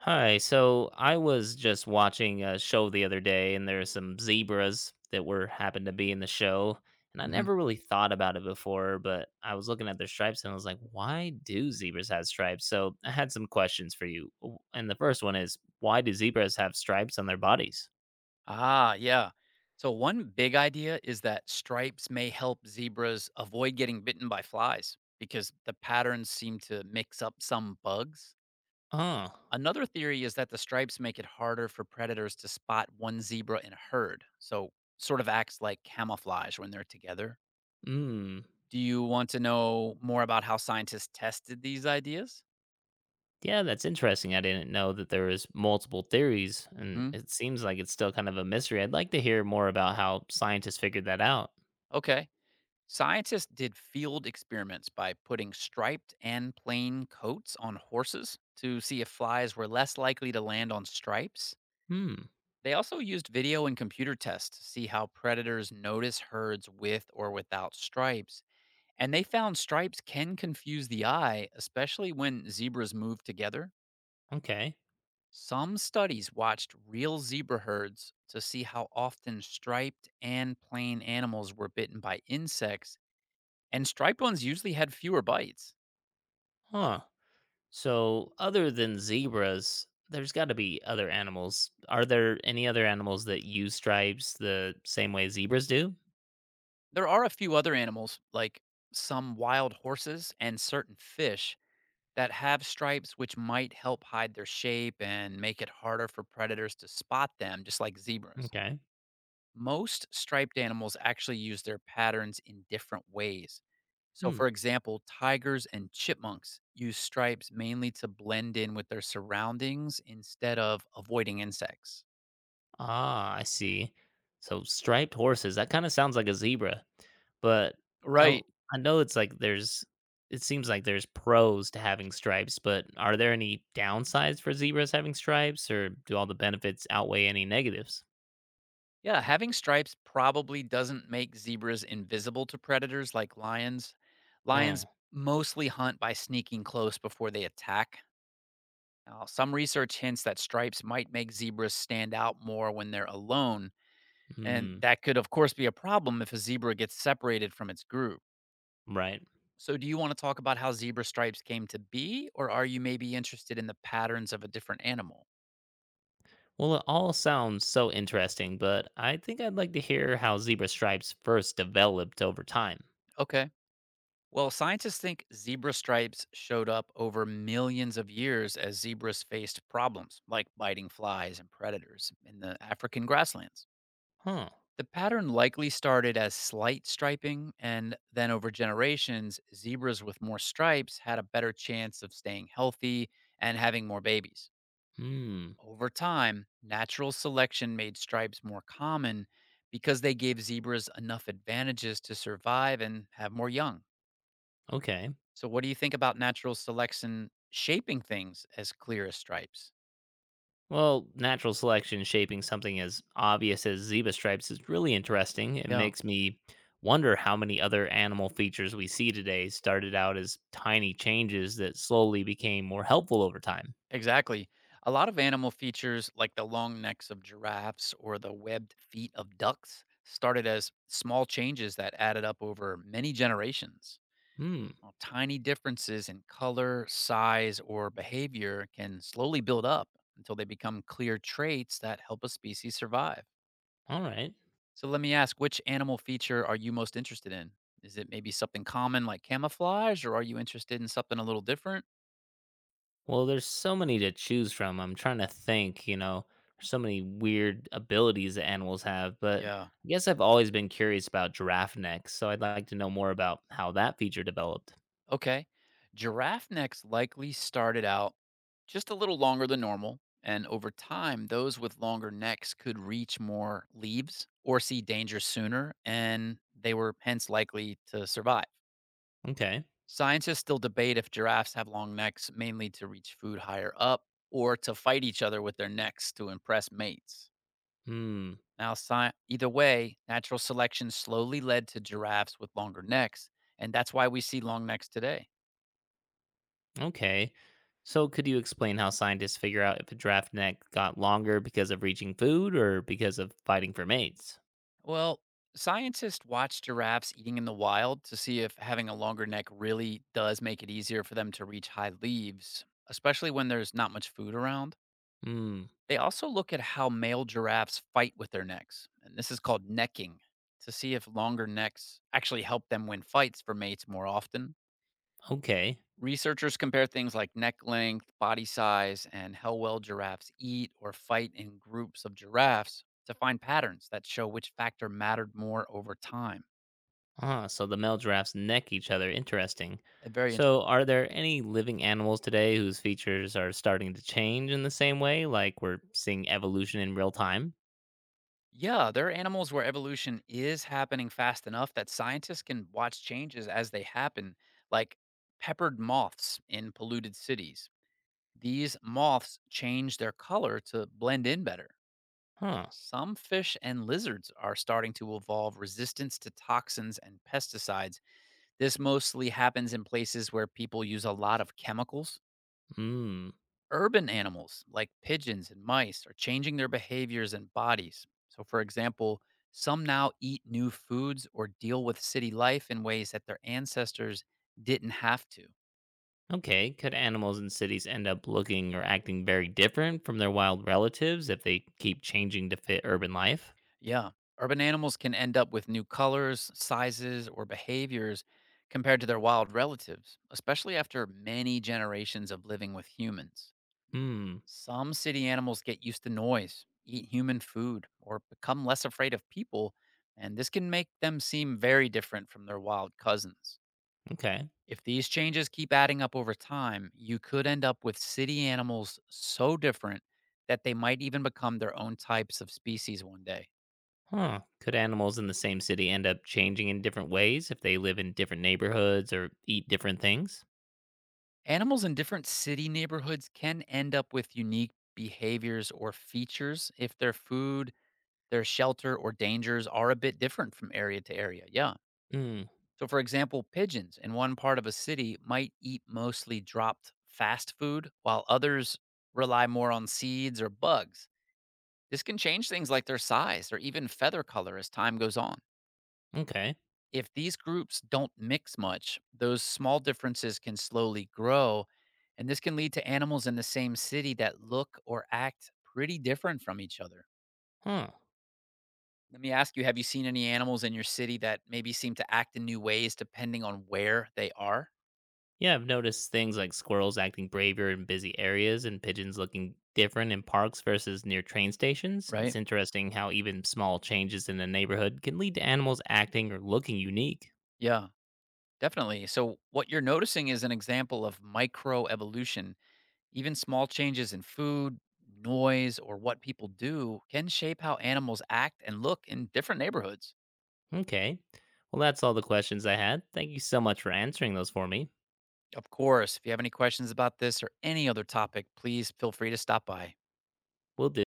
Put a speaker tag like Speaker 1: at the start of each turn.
Speaker 1: Hi. So I was just watching a show the other day, and there are some zebras that were happened to be in the show, and I
Speaker 2: Mhm.
Speaker 1: never really thought about it before. But I was looking at their stripes, and I was like, "Why do zebras have stripes?" So I had some questions for you, and the first one is, "Why do zebras have stripes on their bodies?"
Speaker 2: Ah, yeah. So, one big idea is that stripes may help zebras avoid getting bitten by flies because the patterns seem to mix up some bugs.
Speaker 1: Oh,
Speaker 2: Another theory is that the stripes make it harder for predators to spot one zebra in a herd. So, sort of acts like camouflage when they're together.
Speaker 1: hmm.
Speaker 2: Do you want to know more about how scientists tested these ideas?
Speaker 1: Yeah, that's interesting. I didn't know that there was multiple theories, and
Speaker 2: Hmm.
Speaker 1: it seems like it's still kind of a mystery. I'd like to hear more about how scientists figured that out.
Speaker 2: Okay. Scientists did field experiments by putting striped and plain coats on horses to see if flies were less likely to land on stripes.
Speaker 1: Hmm.
Speaker 2: They also used video and computer tests to see how predators notice herds with or without stripes. And they found stripes can confuse the eye, especially when zebras move together.
Speaker 1: Okay.
Speaker 2: Some studies watched real zebra herds to see how often striped and plain animals were bitten by insects, and striped ones usually had fewer bites.
Speaker 1: Huh. So, other than zebras, there's got to be other animals. Are there any other animals that use stripes the same way zebras do?
Speaker 2: There are a few other animals, like some wild horses and certain fish, that have stripes which might help hide their shape and make it harder for predators to spot them, just like zebras.
Speaker 1: Okay.
Speaker 2: Most striped animals actually use their patterns in different ways. So, for
Speaker 1: Hmm.
Speaker 2: example, tigers and chipmunks use stripes mainly to blend in with their surroundings instead of avoiding insects.
Speaker 1: Ah, I see. So, striped horses, that kind of sounds like a zebra. But
Speaker 2: Right.
Speaker 1: oh, I know it seems like there's pros to having stripes, but are there any downsides for zebras having stripes, or do all the benefits outweigh any negatives?
Speaker 2: Yeah, having stripes probably doesn't make zebras invisible to predators like lions. Lions
Speaker 1: Oh.
Speaker 2: mostly hunt by sneaking close before they attack. Now, some research hints that stripes might make zebras stand out more when they're alone, and
Speaker 1: Hmm.
Speaker 2: that could, of course, be a problem if a zebra gets separated from its group.
Speaker 1: Right.
Speaker 2: So, do you want to talk about how zebra stripes came to be, or are you maybe interested in the patterns of a different animal?
Speaker 1: Well, it all sounds so interesting, but I think I'd like to hear how zebra stripes first developed over time.
Speaker 2: Okay. Well, scientists think zebra stripes showed up over millions of years as zebras faced problems like biting flies and predators in the African grasslands.
Speaker 1: Huh.
Speaker 2: The pattern likely started as slight striping, and then over generations, zebras with more stripes had a better chance of staying healthy and having more babies.
Speaker 1: Hmm.
Speaker 2: Over time, natural selection made stripes more common because they gave zebras enough advantages to survive and have more young.
Speaker 1: Okay.
Speaker 2: So, what do you think about natural selection shaping things as clear as stripes?
Speaker 1: Well, natural selection shaping something as obvious as zebra stripes is really interesting. It
Speaker 2: Yeah,
Speaker 1: makes me wonder how many other animal features we see today started out as tiny changes that slowly became more helpful over time.
Speaker 2: exactly. A lot of animal features, like the long necks of giraffes or the webbed feet of ducks, started as small changes that added up over many generations.
Speaker 1: Hmm.
Speaker 2: Well, tiny differences in color, size, or behavior can slowly build up until they become clear traits that help a species survive.
Speaker 1: All right.
Speaker 2: So let me ask, which animal feature are you most interested in? Is it maybe something common like camouflage, or are you interested in something a little different?
Speaker 1: Well, there's so many to choose from. I'm trying to think, you know, there's so many weird abilities that animals have, but
Speaker 2: Yeah.
Speaker 1: I guess I've always been curious about giraffe necks, so I'd like to know more about how that feature developed.
Speaker 2: Okay. Giraffe necks likely started out just a little longer than normal. And over time, those with longer necks could reach more leaves or see danger sooner, and they were hence likely to survive.
Speaker 1: Okay.
Speaker 2: Scientists still debate if giraffes have long necks mainly to reach food higher up or to fight each other with their necks to impress mates.
Speaker 1: Hmm.
Speaker 2: Now, either way, natural selection slowly led to giraffes with longer necks, and that's why we see long necks today.
Speaker 1: Okay. So, could you explain how scientists figure out if a giraffe neck got longer because of reaching food or because of fighting for mates?
Speaker 2: Well, scientists watch giraffes eating in the wild to see if having a longer neck really does make it easier for them to reach high leaves, especially when there's not much food around.
Speaker 1: Hmm.
Speaker 2: They also look at how male giraffes fight with their necks, and this is called necking, to see if longer necks actually help them win fights for mates more often.
Speaker 1: Okay.
Speaker 2: Researchers compare things like neck length, body size, and how well giraffes eat or fight in groups of giraffes to find patterns that show which factor mattered more over time.
Speaker 1: Ah, so the male giraffes neck each other. Interesting.
Speaker 2: A very interesting.
Speaker 1: So, are there any living animals today whose features are starting to change in the same way, like we're seeing evolution in real time?
Speaker 2: Yeah, there are animals where evolution is happening fast enough that scientists can watch changes as they happen, like peppered moths in polluted cities. These moths change their color to blend in better.
Speaker 1: Huh.
Speaker 2: Some fish and lizards are starting to evolve resistance to toxins and pesticides. This mostly happens in places where people use a lot of chemicals.
Speaker 1: Hmm.
Speaker 2: Urban animals like pigeons and mice are changing their behaviors and bodies. So, for example, some now eat new foods or deal with city life in ways that their ancestors didn't have to.
Speaker 1: Okay. Could animals in cities end up looking or acting very different from their wild relatives if they keep changing to fit urban life?
Speaker 2: Yeah, urban animals can end up with new colors, sizes, or behaviors compared to their wild relatives, especially after many generations of living with humans.
Speaker 1: Hmm.
Speaker 2: Some city animals get used to noise, eat human food, or become less afraid of people, and this can make them seem very different from their wild cousins.
Speaker 1: Okay.
Speaker 2: If these changes keep adding up over time, you could end up with city animals so different that they might even become their own types of species one day.
Speaker 1: Huh. Could animals in the same city end up changing in different ways if they live in different neighborhoods or eat different things?
Speaker 2: Animals in different city neighborhoods can end up with unique behaviors or features if their food, their shelter, or dangers are a bit different from area to area. Yeah.
Speaker 1: Hmm.
Speaker 2: So, for example, pigeons in one part of a city might eat mostly dropped fast food, while others rely more on seeds or bugs. This can change things like their size or even feather color as time goes on.
Speaker 1: Okay.
Speaker 2: If these groups don't mix much, those small differences can slowly grow, and this can lead to animals in the same city that look or act pretty different from each other.
Speaker 1: Huh.
Speaker 2: Let me ask, you have you seen any animals in your city that maybe seem to act in new ways depending on where they are?
Speaker 1: Yeah, I've noticed things like squirrels acting braver in busy areas and pigeons looking different in parks versus near train stations. It's
Speaker 2: Right?
Speaker 1: interesting how even small changes in a neighborhood can lead to animals acting or looking unique.
Speaker 2: Yeah. Definitely. So, what you're noticing is an example of microevolution. Even small changes in food, noise, or what people do can shape how animals act and look in different neighborhoods.
Speaker 1: Okay. Well, that's all the questions I had. Thank you so much for answering those for me.
Speaker 2: Of course, if you have any questions about this or any other topic, please feel free to stop by.
Speaker 1: We'll do